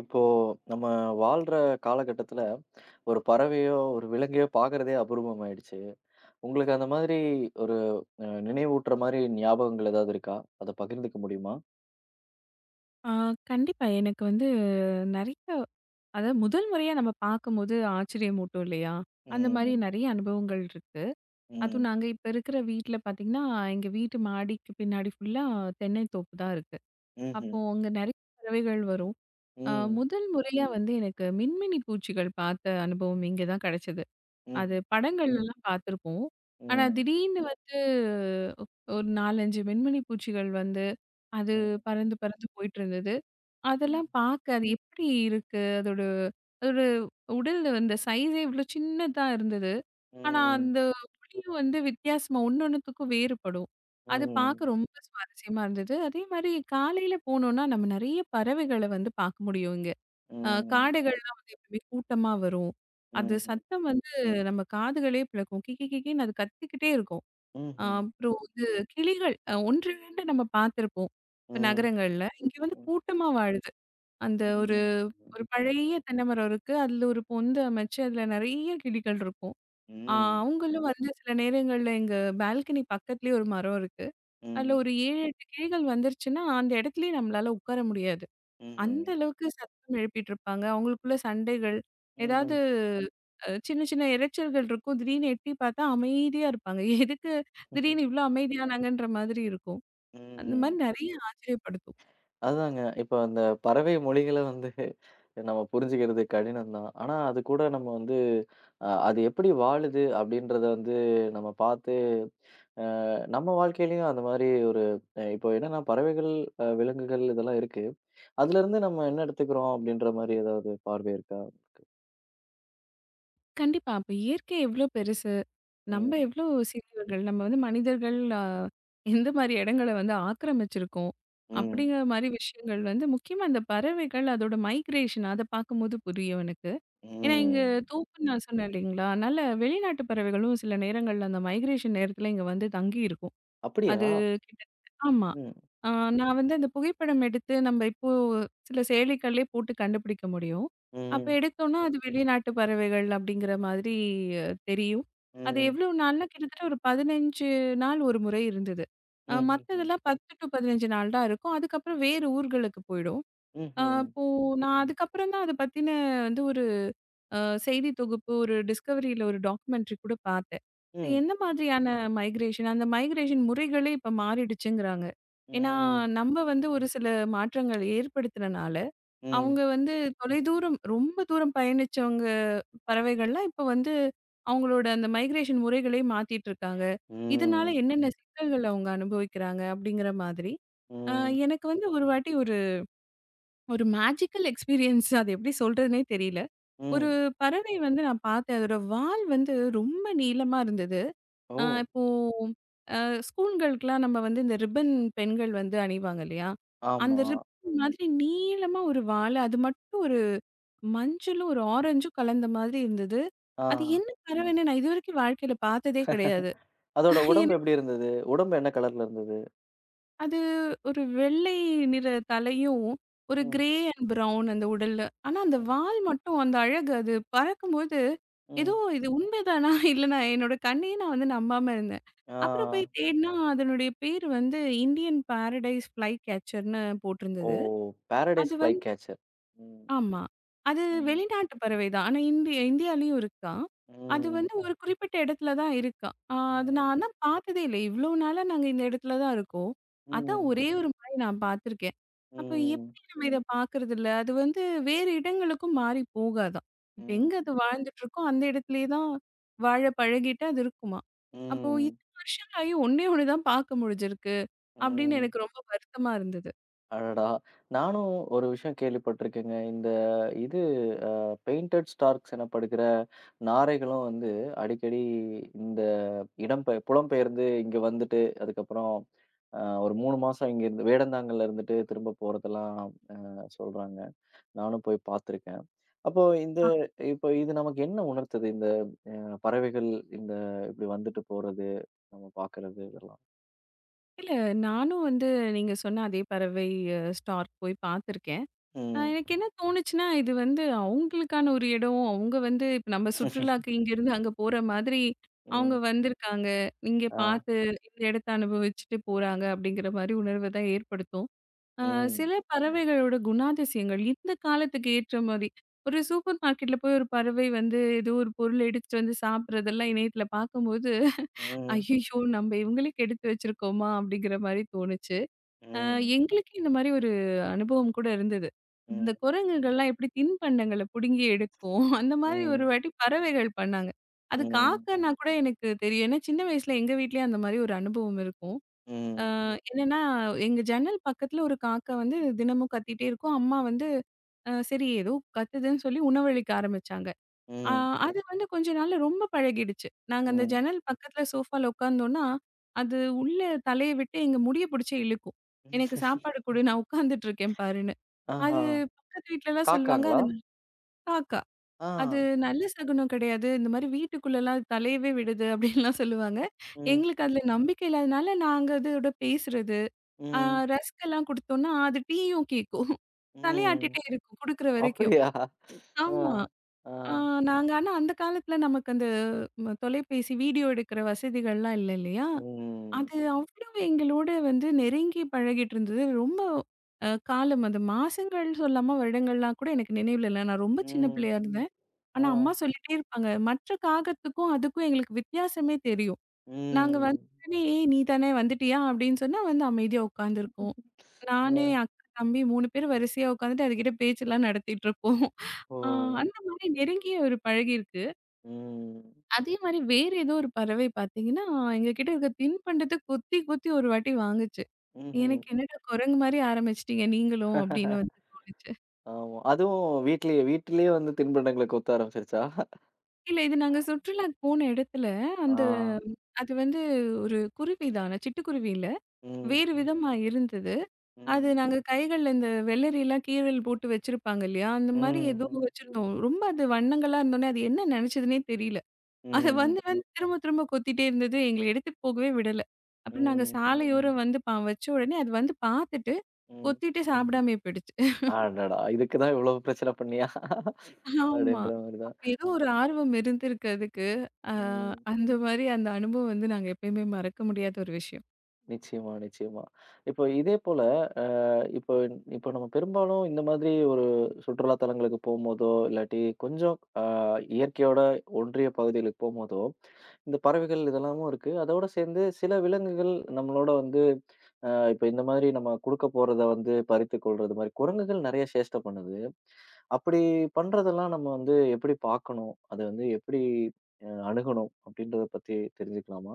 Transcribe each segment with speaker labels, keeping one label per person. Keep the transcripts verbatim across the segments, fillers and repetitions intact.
Speaker 1: இப்போ நம்ம வாழ்ற காலகட்டத்துல, ஒரு பறவையோ, ஒரு விலங்கையோ பார்க்கிறதே அபூர்வம் ஆயிடுச்சு. உங்களுக்கு அந்த மாதிரி ஒரு அ நினைவூட்டுற மாரி ஞாபகங்கள் ஏதாவது இருக்கா? அத பகிர்ந்துக்க முடியுமா?
Speaker 2: ஆ, கண்டிப்பா. எனக்கு வந்து நெறைய அதாவது முதல் முறையா நம்ம பார்க்கும்போது ஆச்சரியமூட்டும் இல்லையா? அந்த மாரி
Speaker 1: ம்.
Speaker 2: நெறைய அனுபவங்கள் இருக்கு. அதுவும்
Speaker 1: ம்.
Speaker 2: நாங்க இப்ப இருக்கிற வீட்ல பார்த்தீங்கன்னா, எங்க வீட்டு மாடிக்கு பின்னாடி ஃபுல்லா தென்னை தோப்பு தான் இருக்கு. அப்போ
Speaker 1: ம்ஹ்ம்.
Speaker 2: அங்க நெறைய பறவைகள் வரும். அ
Speaker 1: ம்.
Speaker 2: முதல் முறையா வந்து எனக்கு மின்மினி பூச்சிகள் பார்த்த அனுபவம் இங்க தான் கெடைச்சது. அது
Speaker 1: ம்ஹ்ம்.
Speaker 2: ம். படங்கள்லலாம் பார்த்துருப்போம். ஆனா
Speaker 1: ம்.
Speaker 2: திடீர்னு ம். வந்து ஒரு நான்கு, ஐந்து வெண்மணி பூச்சிகள் வந்து அது
Speaker 1: ம்.
Speaker 2: பறந்து பறந்து போயிட்டுருந்தது. அதெல்லாம் பார்க்க அது எப்படி இருக்கு? அதோட அதோட உடல்ல அந்த சைஸே இவ்ளோ சின்னதா இருந்தது. ஆனா
Speaker 1: ம்.
Speaker 2: அந்த ஒளியும் வந்து வித்தியாசமா ஒன்னொன்னுத்துக்கும் வேறுபடும். அது
Speaker 1: ம்.
Speaker 2: பார்க்க ரொம்ப சுவாரஸ்யமா இருந்தது. அதே மாரி காலையில போனோம்னா நம்ம நெறைய பறவைகள வந்து பார்க்க முடியும் இங்க. அ
Speaker 1: ம். ம்.
Speaker 2: காடைகள்லாம் வந்து எப்பவுமே கூட்டமா வரும். அது
Speaker 1: ம்ஹ்ம்.
Speaker 2: சத்தம் வந்து நம்ம காதுகளே பிளக்கும். கிக்கி கிக்கின்னு அது கத்திக்கிட்டே இருக்கும். அ
Speaker 1: ம்ஹ்ம்.
Speaker 2: அப்புறம் கிளிகள் அ ஒன்று, ரெண்டு நம்ம பார்த்திருப்போம். இப்ப
Speaker 1: ம்.
Speaker 2: நகரங்கள்ல. இங்க வந்து கூட்டமா வாழுது. அந்த ஒரு
Speaker 1: ம்.
Speaker 2: ஒரு பழைய தென்னை மரம் இருக்கு. அதுல ஒரு பொந்து அமைச்சு அதுல நெறைய கிளிகள் இருக்கும். அ
Speaker 1: ம். ம்.
Speaker 2: அவங்களும் வந்து சில நேரங்கள்ல எங்க பால்கனி பக்கத்துலயே ஒரு மரம் இருக்கு. அதுல
Speaker 1: ம்.
Speaker 2: ஒரு ஏழு, எட்டு கிளிகள் வந்துருச்சுன்னா, அந்த இடத்துலயே நம்மளால உட்கார முடியாது.
Speaker 1: ம்ஹ்ம்.
Speaker 2: அந்த அளவுக்கு சத்தம் எழுப்பிட்டு இருப்பாங்க. அவங்களுக்குள்ள சண்டைகள், ஏதாவது
Speaker 1: ம்.
Speaker 2: அ சின்ன சின்ன இரைச்சல்கள் இருக்கும். திடீர்னு எட்டி பார்த்தா அமைதியா இருப்பாங்க. எதுக்கு
Speaker 1: ம்ஹும்.
Speaker 2: திடீர்னு இவ்ளோ அமைதியானாங்கன்ற மாதிரி இருக்கும். அந்த மாரி
Speaker 1: ம்.
Speaker 2: நெறைய ஆச்சரியப்படுத்தும்.
Speaker 1: அதாங்க. இப்ப அந்த பறவை மொழிகள வந்து நம்ம புரிஞ்சுக்கிறது கடினம் தான். ஆனா, அது கூட நம்ம வந்து அ அது எப்படி வாழுது அப்படின்றத வந்து நம்ம பார்த்து, நம்ம வாழ்க்கையிலயும் அந்த மாரி ஒரு அஹ், இப்போ என்னன்னா பறவைகள், அ விலங்குகள் இதெல்லாம் இருக்கு. அதுலருந்து நம்ம என்ன எடுத்துக்கிறோம் அப்படின்ற மாரி ஏதாவது பார்வை இருக்கா?
Speaker 2: கண்டிப்பா. அப்ப இயற்கை எவ்ளோ பெருசு, நம்ம
Speaker 1: ம்,
Speaker 2: எவ்ளோ சிறியவர்கள், நம்ம வந்து மனிதர்கள் அ எந்த மாரி இடங்கள வந்து ஆக்கிரமிச்சிருக்கோம்.
Speaker 1: ம்,
Speaker 2: அப்படிங்கிற மாரி விஷயங்கள் வந்து முக்கியமா இந்த பறவைகள் அதோட மைக்ரேஷன் அத பார்க்கும்போது புரியும் எனக்கு. ஏன்னா, இங்க
Speaker 1: ம்.
Speaker 2: தோப்புன்னு நான் சொன்னேன் இல்லைங்களா? அதனால வெளிநாட்டு பறவைகளும் சில நேரங்கள்ல அந்த மைக்ரேஷன் நேரத்துல இங்க வந்து தங்கியிருக்கும்.
Speaker 1: அப்படியா?
Speaker 2: அது கிட்டத்தட்ட ஆமா.
Speaker 1: ம்,
Speaker 2: ஆ நான் வந்து அந்த புகைப்படம் எடுத்து நம்ம இப்போ சில செயலிகள்லே போட்டு கண்டுபிடிக்க முடியும். அப்ப
Speaker 1: ம்,
Speaker 2: எடுத்தோம்னா, அது வெளிநாட்டு பறவைகள் அப்படிங்கிற மாதிரி அஹ், தெரியும். அது
Speaker 1: ம்,
Speaker 2: எவ்வளோ நாள்னா கிட்டத்தட்ட ஒரு பதினைஞ்சு நாள் ஒரு முறை இருந்தது. அ
Speaker 1: ம்ஹ்ஹ்ம்,
Speaker 2: மத்ததெல்லாம் பத்து டு பதினைந்து நாள் தான் இருக்கும். அதுக்கப்புறம் வேறு ஊர்களுக்கு போயிடும். அ
Speaker 1: ம்ஹ்ம்,
Speaker 2: அப்போ நான் அதுக்கப்புறம் தான் அத பத்தின வந்து ஒரு அ செய்தி தொகுப்பு, ஒரு டிஸ்கவரியில ஒரு டாக்குமெண்ட்ரி கூட பார்த்தேன். இப்ப
Speaker 1: ம்,
Speaker 2: என்ன மாதிரியான மைக்ரேஷன், அந்த மைக்ரேஷன் முறைகளே இப்ப மாறிடுச்சுங்கிறாங்க.
Speaker 1: ம்,
Speaker 2: ஏன்னா,
Speaker 1: ம்,
Speaker 2: நம்ப வந்து ஒரு சில மாற்றங்கள் ஏற்படுத்துனனால,
Speaker 1: ம்,
Speaker 2: அவங்க
Speaker 1: ம்,
Speaker 2: வந்து தொலைதூரம் ரொம்ப தூரம் பயணிச்சவங்க பறவைகள்லாம் இப்ப வந்து அவங்களோட அந்த மைக்ரேஷன் முறைகளே மாத்திட்டு இருக்காங்க. இதனால
Speaker 1: ம்.
Speaker 2: என்னென்ன சிக்கல்கள் அவங்க அனுபவிக்கிறாங்க அப்படிங்கிற மாதிரி. அ
Speaker 1: ம்
Speaker 2: எனக்கு வந்து ஒரு வாட்டி ஒரு ஒரு மேஜிக்கல் எக்ஸ்பீரியன்ஸ் அது எப்படி சொல்றதுன்னே தெரியல. ஒரு
Speaker 1: ம்
Speaker 2: பறவை வந்து நான் பார்த்தேன். அதோட வால் வந்து ரொம்ப நீளமா இருந்தது.
Speaker 1: ஓ!
Speaker 2: அ இப்போ அ ஸ்கூல்களுக்கெல்லாம் நம்ம வந்து இந்த ரிப்பன் பெண்கள் வந்து அணிவாங்க இல்லையா? அந்த
Speaker 1: ஆமா.
Speaker 2: ரிப்பன் ஆமா. மாதிரி நீளமா ஒரு வாலு, அது மட்டும் ஒரு மஞ்சளும், ஒரு ஆரஞ்சும் கலந்த மாதிரி இருந்தது.
Speaker 1: ஆ.
Speaker 2: அது என்ன பறவைன்னு நான் இதுவரைக்கும் வாழ்க்கையில பார்த்ததே கிடையாது.
Speaker 1: அதோட உடம்பு எப்படி இருந்தது? உடம்பு என்ன கலர்ல இருந்தது?
Speaker 2: அது ஒரு வெள்ளை நிற தலையும், ஒரு
Speaker 1: ம்,
Speaker 2: கிரே அண்ட் ப்ரவுன் அந்த உடலு. ஆனா, அந்த
Speaker 1: ம்.
Speaker 2: வால் மட்டும் அந்த அழகு அது பறக்கும்போது, ஏதோ
Speaker 1: ம்.
Speaker 2: இது உண்மைதானா? இல்ல நான் என்னோட கண்ணையே நான் வந்து நம்பாம இருந்தேன்.
Speaker 1: ஆ.
Speaker 2: அப்புறம் போய் தேடுனா அதனுடைய பேர் வந்து இந்தியன் பாரடைஸ் ஃப்ளை கேச்சர்ன்னு
Speaker 1: ஓ!
Speaker 2: போட்டிருந்தது. அது
Speaker 1: பாரடைஸ் ஃப்ளை
Speaker 2: வந்து
Speaker 1: கேச்சர். ம்.
Speaker 2: ஆமா. அது
Speaker 1: ம்.
Speaker 2: வெளிநாட்டு பறவை தான். ஆனா இந்திய இந்தியாலயும் இருக்காம். அது
Speaker 1: ம்.
Speaker 2: வந்து ஓ! ஒரு குறிப்பிட்ட இடத்துல தான் இருக்காம். ஆ அது நான்
Speaker 1: ம்.
Speaker 2: ஆனா பார்த்ததே இல்ல. இவ்ளோ நாளா நாங்க இந்த இடத்துல தான் இருக்கோம். அதான்
Speaker 1: ம்.
Speaker 2: ஒரே ம். ஒரு முறை நான் பார்த்துருக்கேன். அப்ப
Speaker 1: ம்.
Speaker 2: எப்படி நம்ம இத பார்க்கறதில்ல? அது வந்து வேறு இடங்களுக்கும் மாறி போகாதாம். இப்ப எங்க
Speaker 1: ம்.
Speaker 2: அது வாழ்ந்துட்டு இருக்கோ, அந்த இடத்திலேயே தான் வாழ பழகிட்டு அது இருக்குமாம். அப்போ
Speaker 1: ம்.
Speaker 2: இத்தன வருஷங்களாயும் ஒண்ணே ஒண்ணு தான் பார்க்க முடிஞ்சிருக்கு அப்படின்னு
Speaker 1: ம்.
Speaker 2: எனக்கு ரொம்ப வருத்தமா இருந்தது.
Speaker 1: அடடா! நானும் ஒரு விஷயம் கேள்விப்பட்டிருக்கேங்க. இந்த இது பெயிண்டட் ஸ்டார்க்ஸ் எனப்படுகிற நாரைகளும் வந்து அடிக்கடி இந்த இடம்பெய புலம்பெயர்ந்து இங்க வந்துட்டு, அதுக்கப்புறம் அ ஒரு மூணு மாசம் இங்க இருந்து வேடந்தாங்கல்ல இருந்துட்டு திரும்ப போறதெல்லாம் அ சொல்றாங்க. நானும் போய் பார்த்துருக்கேன். அப்போ இந்த இப்போ இது நமக்கு என்ன உணர்த்துது? இந்த அ பறவைகள் இந்த இப்படி வந்துட்டு போறது, நம்ம பார்க்கறது இதெல்லாம்.
Speaker 2: இல்ல, நானும் வந்து நீங்க சொன்ன அதே பறவை அ ஸ்டார்க் போய் பார்த்துருக்கேன். அ
Speaker 1: ம்.
Speaker 2: எனக்கு என்ன தோணுச்சுன்னா, இது வந்து அவங்களுக்கான ஒரு இடம். அவங்க வந்து இப்ப நம்ம சுற்றுலாக்கு இங்கேருந்து அங்க போற மாதிரி, அவங்க
Speaker 1: ம்.
Speaker 2: வந்திருக்காங்க. இங்க
Speaker 1: ஆ.
Speaker 2: பார்த்து இந்த இடத்த அனுபவிச்சுட்டு போறாங்க அப்படிங்கிற மாரி உணர்வ தான் ஏற்படுத்தும். அ
Speaker 1: ம்.
Speaker 2: சில பறவைகளோட குணாதிசயங்கள் இந்த காலத்துக்கு ஏற்ற மாரி, ஒரு சூப்பர் மார்க்கெட்ல போய் ஒரு பறவை வந்து ஏதோ ஒரு பொருள் எடுத்துட்டு வந்து சாப்பிடுறதெல்லாம் இணையத்துல பார்க்கும்போது,
Speaker 1: ம்.
Speaker 2: "ஐயய்யோ! நம்ம இவங்களுக்கு எடுத்து வச்சிருக்கோமா?" அப்படிங்கிற மாரி தோணுச்சு. அ
Speaker 1: ம்.
Speaker 2: எங்களுக்கே இந்த மாரி ஒரு அனுபவம் கூட இருந்தது. இந்த
Speaker 1: ம்.
Speaker 2: குரங்குகள்லாம் எப்படி தின்பண்டங்கள புடுங்கி எடுக்கும், அந்த மாரி ஒரு
Speaker 1: ம்.
Speaker 2: வாட்டி பறவைகள் பண்ணாங்க. அது
Speaker 1: ம்.
Speaker 2: காக்கன்னா கூட எனக்கு தெரியும். ஏன்னா சின்ன வயசுல எங்க வீட்லயே அந்த மாரி ஒரு அனுபவம் இருக்கும். அ
Speaker 1: ம்.
Speaker 2: என்னன்னா, எங்க ஜன்னல் பக்கத்துல ஒரு காக்கா வந்து தினமும் கத்திட்டே இருக்கும். அம்மா வந்து அ சரி ஏதோ கத்துதுன்னு சொல்லி உணவளிக்க ஆரம்பிச்சாங்க. ஆ
Speaker 1: ம்.
Speaker 2: அது வந்து கொஞ்ச நாள்ல ரொம்ப பழகிடுச்சு. நாங்க அந்த
Speaker 1: ம்.
Speaker 2: ஜன்னல் பக்கத்துல சோஃபால உட்கார்ந்தோம்னா, அது உள்ள தலைய விட்டு எங்க முடிய புடிச்சு இழுக்கும். "எனக்கு சாப்பாடு குடு, நான் உட்கார்ந்துட்டு இருக்கேன் பாருன்னு."
Speaker 1: ஆஹா!
Speaker 2: அது பக்கத்து வீட்லலாம் சொல்லுவாங்க,
Speaker 1: காக்காங்களா?
Speaker 2: அது ந காக்கா.
Speaker 1: ஆ.
Speaker 2: அது நல்ல சகுனம் கிடையாது. இந்த மாரி வீட்டுக்குள்ளலாம் தலையவே விடுது அப்படின்லாம் சொல்லுவாங்க.
Speaker 1: ம்.
Speaker 2: எங்களுக்கு அதுல நம்பிக்கை இல்லாதனால நாங்க அதோட பேசுறது, ஆ
Speaker 1: ம்.
Speaker 2: ரஸ்க் எல்லாம் குடுத்தோம்னா, அது டீயும் கேக்கும்.
Speaker 1: ம்.
Speaker 2: தலையாட்டிட்டே இருக்கும் குடுக்குற வரைக்கும்.
Speaker 1: அப்படியா? ஆ.
Speaker 2: ஆமா.
Speaker 1: ஆ.
Speaker 2: ஆ நாங்க ஆனா அந்த காலத்துல நமக்கு அந்த ம தொலைபேசி, வீடியோ எடுக்கிற வசதிகள்லாம் இல்ல இல்லையா?
Speaker 1: ம்.
Speaker 2: அது அவ்வளவு எங்களோட வந்து நெருங்கி பழகிட்டு இருந்தது. ரொம்ப அ காலம் அது மாசங்கள் சொல்லாம வருடங்கள்லாம் கூட எனக்கு நினைவுல இல்ல. நான் ரொம்ப சின்ன
Speaker 1: ம்.
Speaker 2: பிள்ளையா இருந்தேன்.
Speaker 1: ஆ.
Speaker 2: ஆனா அம்மா சொல்லிட்டே இருப்பாங்க. மற்ற காகத்துக்கும், அதுக்கும் எங்களுக்கு வித்தியாசமே தெரியும். நாங்க
Speaker 1: ம்.
Speaker 2: வந்தோனே, "நீ தானே வந்துட்டியா?" அப்படின்னு சொன்னா வந்து அமைதியா உட்காந்துருக்கும்.
Speaker 1: அ.
Speaker 2: நானு, அக்கா, தம்பி மூணு பேர் வரிசையா உட்காந்துட்டு அதுகிட்ட பேச்செல்லாம் நடத்திட்டுருப்போம்.
Speaker 1: ஓ!
Speaker 2: ஆ அந்த மாரி நெருங்கிய ஒரு பழகியிருக்கு.
Speaker 1: ம்.
Speaker 2: அதே மாரி வேற ஏதோ ஒரு பறவை பார்த்தீங்கன்னா, எங்க கிட்ட இருக்க தின்பண்டத்த கொத்தி கொத்தி ஒரு வாட்டி வாங்குச்சு.
Speaker 1: ம்ஹ்ம்.
Speaker 2: எனக்கு "என்னடா குரங்கு மாரி ஆரம்பிச்சுட்டீங்க நீங்களும்" அப்படின்னு வந்து தோணுச்சு.
Speaker 1: ஆமா. அதுவும் வீட்லயே வீட்டிலேயே வந்து தின்பண்டங்கள கொத்த ஆரம்பிச்சுருச்சா?
Speaker 2: இல்ல இது நாங்க சுற்றுலாக்கு போன இடத்துல
Speaker 1: ஆ.
Speaker 2: அந்த அது வந்து ஒரு குருவி தான். ஆனா சிட்டுக்குருவி இல்ல.
Speaker 1: ம்.
Speaker 2: வேறு விதமா இருந்தது. அது
Speaker 1: ம்.
Speaker 2: நாங்க கைகள்ல இந்த வெள்ளரிலாம் கீறல் போட்டு வச்சிருப்பாங்க இல்லையா? அந்த மாரி
Speaker 1: ம்.
Speaker 2: ஏதோ ம்.
Speaker 1: ம்.
Speaker 2: வச்சிருந்தோம். ரொம்ப அது வண்ணங்களா இருந்தோனே, அது என்ன நெனச்சதுன்னே தெரியல. அது
Speaker 1: ம்.
Speaker 2: வந்து ம். வந்து திரும்ப திரும்ப கொத்திட்டே இருந்தது. எங்கள எடுத்துட்டு போகவே விடல. அப்புறம் நாங்க
Speaker 1: ம்.
Speaker 2: சாலையோரம் வந்து பா வச்ச உடனே அது வந்து பாத்துட்டு,
Speaker 1: ம்.
Speaker 2: கொத்திட்டு ம். சாப்பிடாமயே போயிடுச்சு.
Speaker 1: அடடா! இதுக்கு தான் இவ்வளோ பிரச்சனை பண்ணியா?
Speaker 2: ஆமா.
Speaker 1: அப்படின்ற மாரி தான்.
Speaker 2: அப்ப ஏதோ ஒரு ஆர்வம் இருந்திருக்கு அதுக்கு. அ
Speaker 1: ம்.
Speaker 2: அந்த மாரி அந்த அனுபவம் வந்து நாங்க எப்பயுமே மறக்க முடியாத ஒரு விஷயம்.
Speaker 1: நிச்சயமா, நிச்சயமா. இப்போ இதே போல இப்போ இப்போ நம்ம பெரும்பாலும் இந்த மாதிரி ஒரு சுற்றுலா தலங்களுக்கு போம்போதோ, இல்லாட்டி கொஞ்சம் அ இயற்கையோட ஒன்றிய பகுதிகளுக்கு போம்போதோ, இந்த பறவைகள் இதெல்லாமும் இருக்கு. அதோட சேர்ந்து சில விலங்குகள் நம்மளோட வந்து அ இப்ப இந்த மாதிரி நம்ம குடுக்க போறத வந்து பறித்து கொள்றது மாரி, குரங்குகள் நெறைய சேஷ்டை பண்ணுது. அப்படி பண்றதெல்லாம் நம்ம வந்து எப்படி பார்க்கணும்? அது வந்து எப்படி அ அணுகணும்? அப்படின்றத பத்தி தெரிஞ்சுக்கலாமா?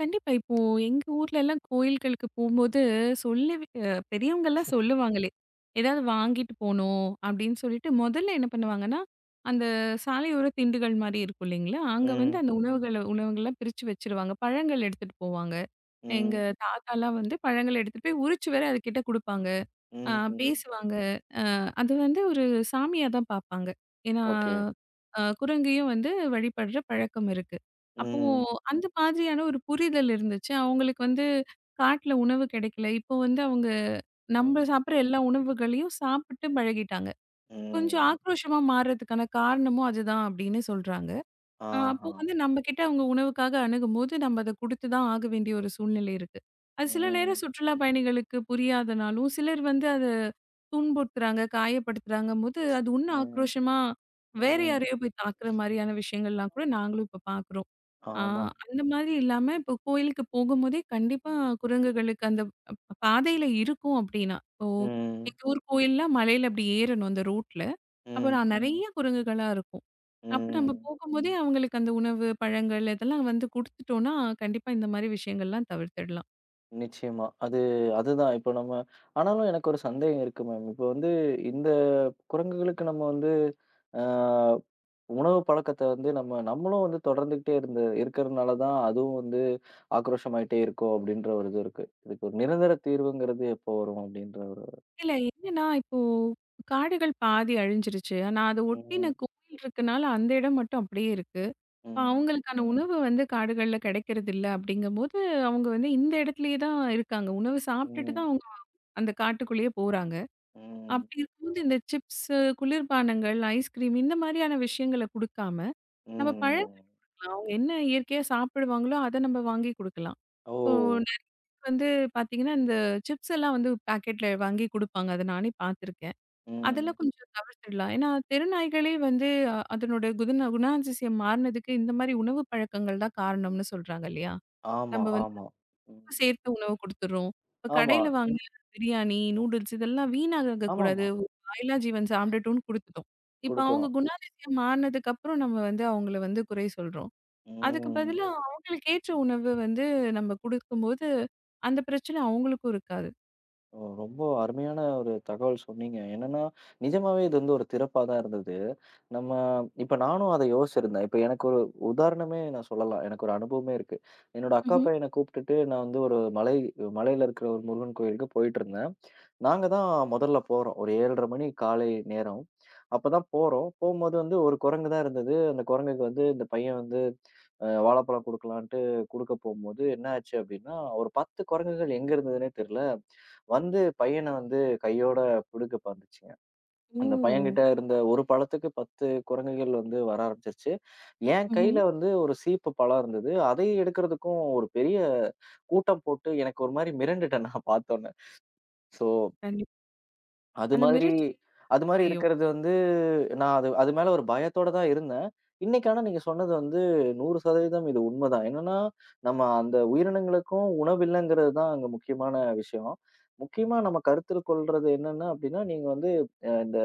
Speaker 2: கண்டிப்பா. இப்போ எங்க ஊர்ல எல்லாம் கோயில்களுக்கு போம்போது சொல்லி அ பெரியவங்கலாம் சொல்லுவாங்களே! ஏதாவது வாங்கிட்டு போணும் அப்படின்னு சொல்லிட்டு முதல்ல என்ன பண்ணுவாங்கன்னா, அந்த சாலையோர திண்டுகள் மாரி இருக்கும் இல்லைங்களா? அங்க வந்து
Speaker 1: ம்.
Speaker 2: அந்த உணவுகள உணவுகள்லாம் பிரிச்சு வச்சுருவாங்க. பழங்கள் எடுத்துட்டு போவாங்க. எங்க
Speaker 1: ம்.
Speaker 2: தாத்தாலாம் வந்து பழங்கள எடுத்துட்டு போய் உரிச்சு வேற அதுகிட்ட குடுப்பாங்க. அ
Speaker 1: ம்ஹ்ஹ்ம்.
Speaker 2: பேசுவாங்க. அது வந்து ஒரு சாமியா தான் பார்ப்பாங்க. ஏன்னா,
Speaker 1: ஓகே.
Speaker 2: அ குரங்கையும் வந்து வழிபடுற பழக்கம் இருக்கு. அப்போ
Speaker 1: ம். okay.
Speaker 2: அந்த மாதிரியான ஒரு புரிதல் இருந்துச்சு. அவங்களுக்கு வந்து காட்டுல உணவு கிடைக்கல. இப்போ வந்து அவங்க
Speaker 1: ம்.
Speaker 2: நம்ம
Speaker 1: ம்.
Speaker 2: சாப்பிடுற எல்லா உணவுகளையும் சாப்பிட்டு பழகிட்டாங்க. கொஞ்சம்
Speaker 1: ம்.
Speaker 2: ஆக்ரோஷமா மாறுறதுக்கான காரணமும் அதுதான் அப்படின்னு சொல்றாங்க. ஆ அப்போ
Speaker 1: ఆహా!
Speaker 2: வந்து நம்மகிட்ட அவங்க உணவுக்காக அணுகும்போது, நம்ம அத குடுத்து தான் ஆக வேண்டிய ஒரு சூழ்நிலை இருக்கு. அது சில
Speaker 1: హ్మ్.
Speaker 2: நேரம் சுற்றுலா பயணிகளுக்கு புரியாதனாலும், சிலர் வந்து அத துன்புறுத்துறாங்க, காயப்படுத்துறாங்கம்போது, அது இன்னும்
Speaker 1: హ్మ్.
Speaker 2: ஆக்ரோஷமா வேற
Speaker 1: ம்.
Speaker 2: யாரையோ போய் தாக்குற மாரியான விஷயங்கள்லாம் கூட நாங்களும் இப்ப பார்க்குறோம். ஆ
Speaker 1: ஆமா.
Speaker 2: அந்த மாதிரி இல்லாம இப்போ கோயிலுக்கு போகும்போதே கண்டிப்பா குரங்குகளுக்கு அந்த அ பாதையில இருக்கும் அப்படின்னா, இப்போ
Speaker 1: ம்.
Speaker 2: எங்க ஊர் கோயில்லாம் மலையில அப்படி ஏறணும் அந்த ரோட்ல. அப்ப
Speaker 1: ம்.
Speaker 2: நான் நெறைய குரங்குகளா இருக்கும். அப்ப நம்ம
Speaker 1: ம்.
Speaker 2: போகும்போதே அவங்களுக்கு அந்த உணவு, பழங்கள் இதெல்லாம் வந்து குடுத்துட்டோம்னா, கண்டிப்பா இந்த மாரி விஷயங்கள்லாம் தவிர்த்துடலாம்.
Speaker 1: நிச்சயமா. அது அதுதான். இப்போ நம்ம ஆனாலும் எனக்கு ஒரு சந்தேகம் இருக்கு மேம். இப்போ வந்து இந்த குரங்குகளுக்கு நம்ம வந்து அ உணவு பழக்கத்த வந்து நம்ம நம்மளும் வந்து தொடர்ந்துகிட்டே இருந்த இருக்கிறதுனால தான் அதுவும் வந்து ஆக்ரோஷமாயிட்டே இருக்கும் அப்படின்ற ஒரு இது இருக்கு. இதுக்கு ஒரு நிரந்தர தீர்வுங்கிறது எப்போ வரும் அப்படின்ற ஒரு
Speaker 2: இல்ல என்னன்னா, இப்போ காடுகள் பாதி அழிஞ்சிருச்சு. ஆனா அத ஒட்டின
Speaker 1: ம்.
Speaker 2: கோயில் இருக்கனால அந்த இடம் மட்டும் அப்படியே இருக்கு. இப்ப
Speaker 1: ம்.
Speaker 2: அவங்களுக்கான உணவு வந்து காடுகள்ல கிடைக்கிறதில்ல அப்படிங்கும்போது, அவங்க வந்து இந்த இடத்துலயே தான் இருக்காங்க. உணவு சாப்பிட்டுட்டு
Speaker 1: ம்.
Speaker 2: தான் அவங்க அந்த காட்டுக்குள்ளேயே போறாங்க.
Speaker 1: ம்.
Speaker 2: அப்படி இருக்கும்போது இந்த சிப்ஸு, குளிர்பானங்கள், ஐஸ்கிரீம் இந்த மாரியான விஷயங்கள குடுக்காம, நம்ம
Speaker 1: ம்.
Speaker 2: பழங்கள்லாம் அவங்க என்ன இயற்கையா சாப்பிடுவாங்களோ, அத நம்ம வாங்கி குடுக்கலாம்.
Speaker 1: ஓ!
Speaker 2: இப்போ எனக்கு வந்து பார்த்தீங்கன்னா, இந்த சிப்ஸ் எல்லாம் வந்து பாக்கெட்ல வாங்கி குடுப்பாங்க. அத நானே பார்த்துருக்கேன்.
Speaker 1: ம்.
Speaker 2: அதெல்லாம் கொஞ்சம் தவிர்த்துடலாம். ஏன்னா, தெருநாய்களே வந்து அ- அதனோட குதுன குணாதிசயம் மாறுனதுக்கு இந்த மாரி உணவு பழக்கங்கள் தான் காரணம்னு சொல்றாங்க இல்லையா?
Speaker 1: ஆமா,
Speaker 2: நம்ம வந்து
Speaker 1: ஆமா. ம்.
Speaker 2: உப்பு சேர்த்து உணவு குடுத்துடுறோம். இப்ப
Speaker 1: ஆமா,
Speaker 2: கடையில வாங்கின பிரியாணி, நூடுல்ஸ் இதெல்லாம் வீணாகக்கூடாது.
Speaker 1: ஆமாமா.
Speaker 2: ஒரு வாயில்லா ஜீவன் சாப்பிடட்டும்னு குடுத்துட்டோம். இப்ப அவங்க
Speaker 1: குடுக்குறோம்.
Speaker 2: குணாதிசயம் மாறுனதுக்கு அப்புறம் நம்ம வந்து அவங்கள வந்து குறை சொல்றோம். அதுக்கு
Speaker 1: ம்.
Speaker 2: பதிலா ம். அவங்களுக்கு ஏற்ற உணவு வந்து நம்ம குடுக்கும்போது, அந்த பிரச்சனை அவங்களுக்கும் இருக்காது.
Speaker 1: ஓ! ரொம்ப அருமையான ஒரு தகவல் சொன்னீங்க. என்னன்னா, நிஜமாவே இது வந்து ஒரு திறப்பா தான் இருந்தது. நம்ம இப்ப நானும் அத யோசிச்சிருந்தேன். இப்ப எனக்கு ஒரு உதாரணமே நான் சொல்லலாம். எனக்கு ஒரு அனுபவமே இருக்கு. என்னோட அக்கா
Speaker 2: ம்ஹ்ம்.
Speaker 1: பையன கூப்ட்டுட்டு நான் வந்து ஒரு மலை மலையில இருக்கிற ஒரு முருகன் கோயிலுக்கு போயிட்டுருந்தேன். நாங்க தான் முதல்ல போறோம். ஒரு ஏழரை மணி காலை நேரம். அப்பதான் போறோம். போம்போது வந்து ஒரு குரங்கு தான் இருந்தது. அந்த குரங்குக்கு வந்து இந்த பையன் வந்து அ வாழைப்பழம் குடுக்கலான்ட்டு குடுக்க போம்போது என்ன ஆச்சு அப்டின்னா, ஒரு பத்து குரங்குகள் எங்க இருந்ததுன்னே தெர்ல வந்து பையன வந்து கையோட புடுங்க பாத்துச்சுங்க.
Speaker 2: ஓ!
Speaker 1: அந்த பையன்கிட்ட இருந்த ஒரு பழத்துக்கு பத்து குரங்குகள் வந்து வர ஆரம்பிச்சுருச்சு. என்
Speaker 2: ம்ஹ்ம்.
Speaker 1: கையில வந்து ஒரு சீப்பு பழம் இருந்தது. அதை எடுக்கிறதுக்கும் ஒரு பெரிய கூட்டம் போட்டு எனக்கு ஒரு மாரி மிரண்டுட்டேன் நான் பார்த்தோன்னே. ஸோ
Speaker 2: கண்டிப்பா.
Speaker 1: அது
Speaker 2: அந்த
Speaker 1: மாதிரி
Speaker 2: முயற்சி
Speaker 1: அது மாதிரி
Speaker 2: செய்யும்.
Speaker 1: இருக்கிறது வந்து, நான் அது அது மேல ஒரு பயத்தோட தான் இருந்தேன். இன்னைக்கு ஆனா நீங்க சொன்னது வந்து நூறு சதவீதம் இது உண்மதான். என்னன்னா, நம்ம அந்த உயிரினங்களுக்கும் உணவு இல்லங்கிறது தான் அங்க முக்கியமான விஷயம். முக்கியமா நம்ம கருத்தில் கொள்றது என்னன்னா அப்டின்னா, நீங்க வந்து அ இந்த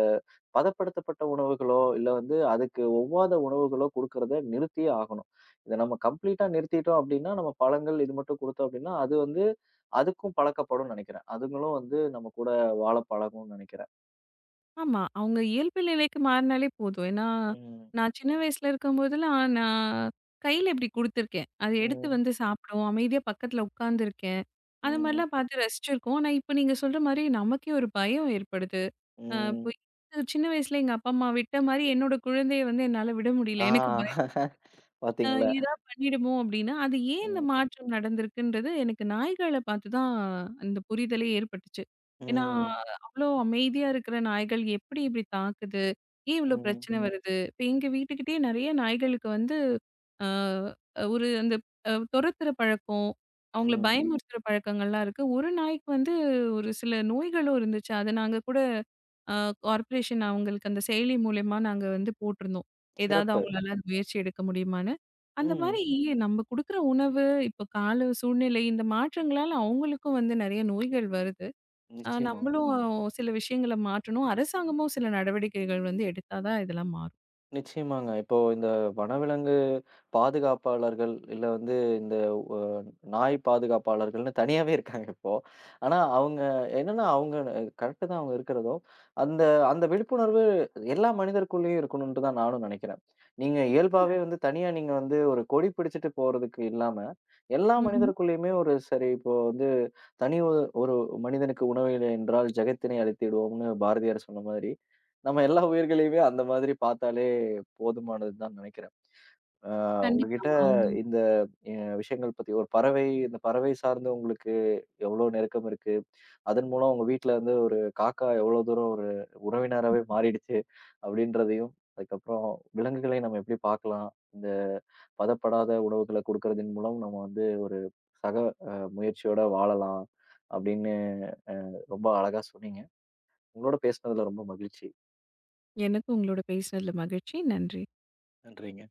Speaker 1: பதப்படுத்தப்பட்ட உணவுகளோ, இல்ல வந்து அதுக்கு ஒவ்வாத உணவுகளோ குடுக்கறத நிறுத்தியே ஆகணும். இத நம்ம கம்ப்ளீட்டா நிறுத்திட்டோம் அப்டின்னா, நம்ம பழங்கள் இது மட்டும் குடுத்தோம் அப்டின்னா, அது வந்து அதுக்கும் பழக்கப்படும்னு நெனைக்கிறேன். அதுங்களும் வந்து நம்ம கூட வாழ பழகும்னு நெனைக்கிறேன்.
Speaker 2: ஆமா. அவங்க இயல்பு நிலைக்கு மாறினாலே போதும். ஏன்னா,
Speaker 1: ம்.
Speaker 2: நான் சின்ன வயசுல இருக்கும்போதெல்லாம் நான் கையில இப்டி குடுத்துருக்கேன். அத எடுத்து
Speaker 1: ம்.
Speaker 2: வந்து சாப்பிடும். அமைதியா பக்கத்துல உட்காந்துருக்கேன். அந்த
Speaker 1: ம்.
Speaker 2: மாரிலாம் பார்த்து ரசிச்சிருக்கோம். ஆனா, இப்ப நீங்க சொல்ற மாரி நமக்கே ஒரு பயம் ஏற்படுது. அ இப்போ
Speaker 1: ம்.
Speaker 2: இது சின்ன வயசுல எங்க அப்பா, அம்மா விட்ட மாரி என்னோட குழந்தைய வந்து என்னால விட முடியல.
Speaker 1: ஆ
Speaker 2: எனக்கு பயம். அ
Speaker 1: பாத்தீங்களா?
Speaker 2: இதா பண்ணிடுமோ அப்டின்னா, அது ஏன் இந்த
Speaker 1: ம்.
Speaker 2: மாற்றம் நடந்திருக்குன்றது எனக்கு நாய்கள பார்த்து தான் அந்த புரிதலே ஏற்பட்டுச்சு. ஏன்னா,
Speaker 1: ம்.
Speaker 2: அவ்ளோ அமைதியா இருக்கிற நாய்கள் எப்படி இப்படி தாக்குது? ஏன் இவ்ளோ
Speaker 1: ம்.
Speaker 2: பிரச்சனை ம். வருது? இப்ப எங்க வீட்டுக்கிட்டயே நெறைய நாய்களுக்கு வந்து அ ஒரு அந்த அ தொரத்துற பழக்கம், அவங்கள
Speaker 1: ம்.
Speaker 2: பயமுறுத்துற பழக்கங்கள்லாம் இருக்கு. ஒரு நாய்க்கு வந்து ஒரு சில நோய்களும் இருந்துச்சு. அத நாங்க கூட அ கார்ப்பரேஷன் அவங்களுக்கு அந்த செயலி மூலியமா நாங்க வந்து போட்டிருந்தோம். ஏதாவது
Speaker 1: சிறப்பு.
Speaker 2: அவங்களால அது முயற்சி எடுக்க முடியுமான்னு. அந்த
Speaker 1: ம்.
Speaker 2: மாரி நம்ம குடுக்குற உணவு, இப்ப கால சூழ்நிலை இந்த மாற்றங்களால அவங்களுக்கும் வந்து நெறைய நோய்கள் வருது. அ
Speaker 1: நிச்சயமா.
Speaker 2: நம்மளும் சில விஷயங்கள மாற்றணும். அரசாங்கமும் சில நடவடிக்கைகள் வந்து எடுத்தா தான் இதெல்லாம் மாறும்.
Speaker 1: நிச்சயமாங்க. இப்போ இந்த வனவிலங்கு பாதுகாப்பாளர்கள், இல்ல வந்து இந்த அ நாய் பாதுகாப்பாளர்கள்ன்னு தனியாவே இருக்காங்க இப்போ. ஆனா அவங்க என்னன்னா அவங்க கரெக்ட்டு தான் அவங்க இருக்கிறதும். அந்த அந்த விழிப்புணர்வு எல்லா மனிதருக்குள்ளயும் இருக்கணுன்ட்டு தான் நானும் நினைக்கிறேன். நீங்க இயல்பாவே வந்து தனியா நீங்க வந்து ஒரு கொடி பிடிச்சுட்டு போறதுக்கு இல்லாம, எல்லா
Speaker 2: ம்ஹ்ம்.
Speaker 1: மனிதருக்குள்ளயுமே ஒரு சரி இப்போ வந்து தனி ஒ ஒரு மனிதனுக்கு உணவில்லை என்றால் ஜெகத்தினை அழித்திடுவோம்னு பாரதியார் சொன்ன மாதிரி, நம்ம எல்லா உயிர்களையுமே அந்த மாதிரி பார்த்தாலே போதுமானதுதான் நினைக்கிறேன். அ
Speaker 2: கண்டிப்பா.
Speaker 1: உங்ககிட்ட
Speaker 2: அவங்க
Speaker 1: இந்த அ விஷயங்கள் பத்தி ஒரு பறவை இந்த பறவை சார்ந்து உங்களுக்கு எவ்ளோ நெருக்கம் இருக்கு? அதன் மூலம் உங்க வீட்ல வந்து ஒரு காக்கா எவ்ளோ தூரம் ஒரு உறவினராவே மாறிடுச்சு அப்டின்றதையும், அதுக்கப்புறம் விலங்குகளை நம்ம எப்டி பார்க்கலாம்? இந்த பதப்படாத உணவுகள குடுக்கறதின் மூலம் நம்ம வந்து ஒரு சக அ முயற்சியோட வாழலாம் அப்டின்னு ரொம்ப அழகா சொன்னீங்க. உங்களோட பேசுனதுல ரொம்ப மகிழ்ச்சி.
Speaker 2: எனக்கும் உங்களோட பேசினதுல மகிழ்ச்சி. நன்றி.
Speaker 1: நன்றிங்க.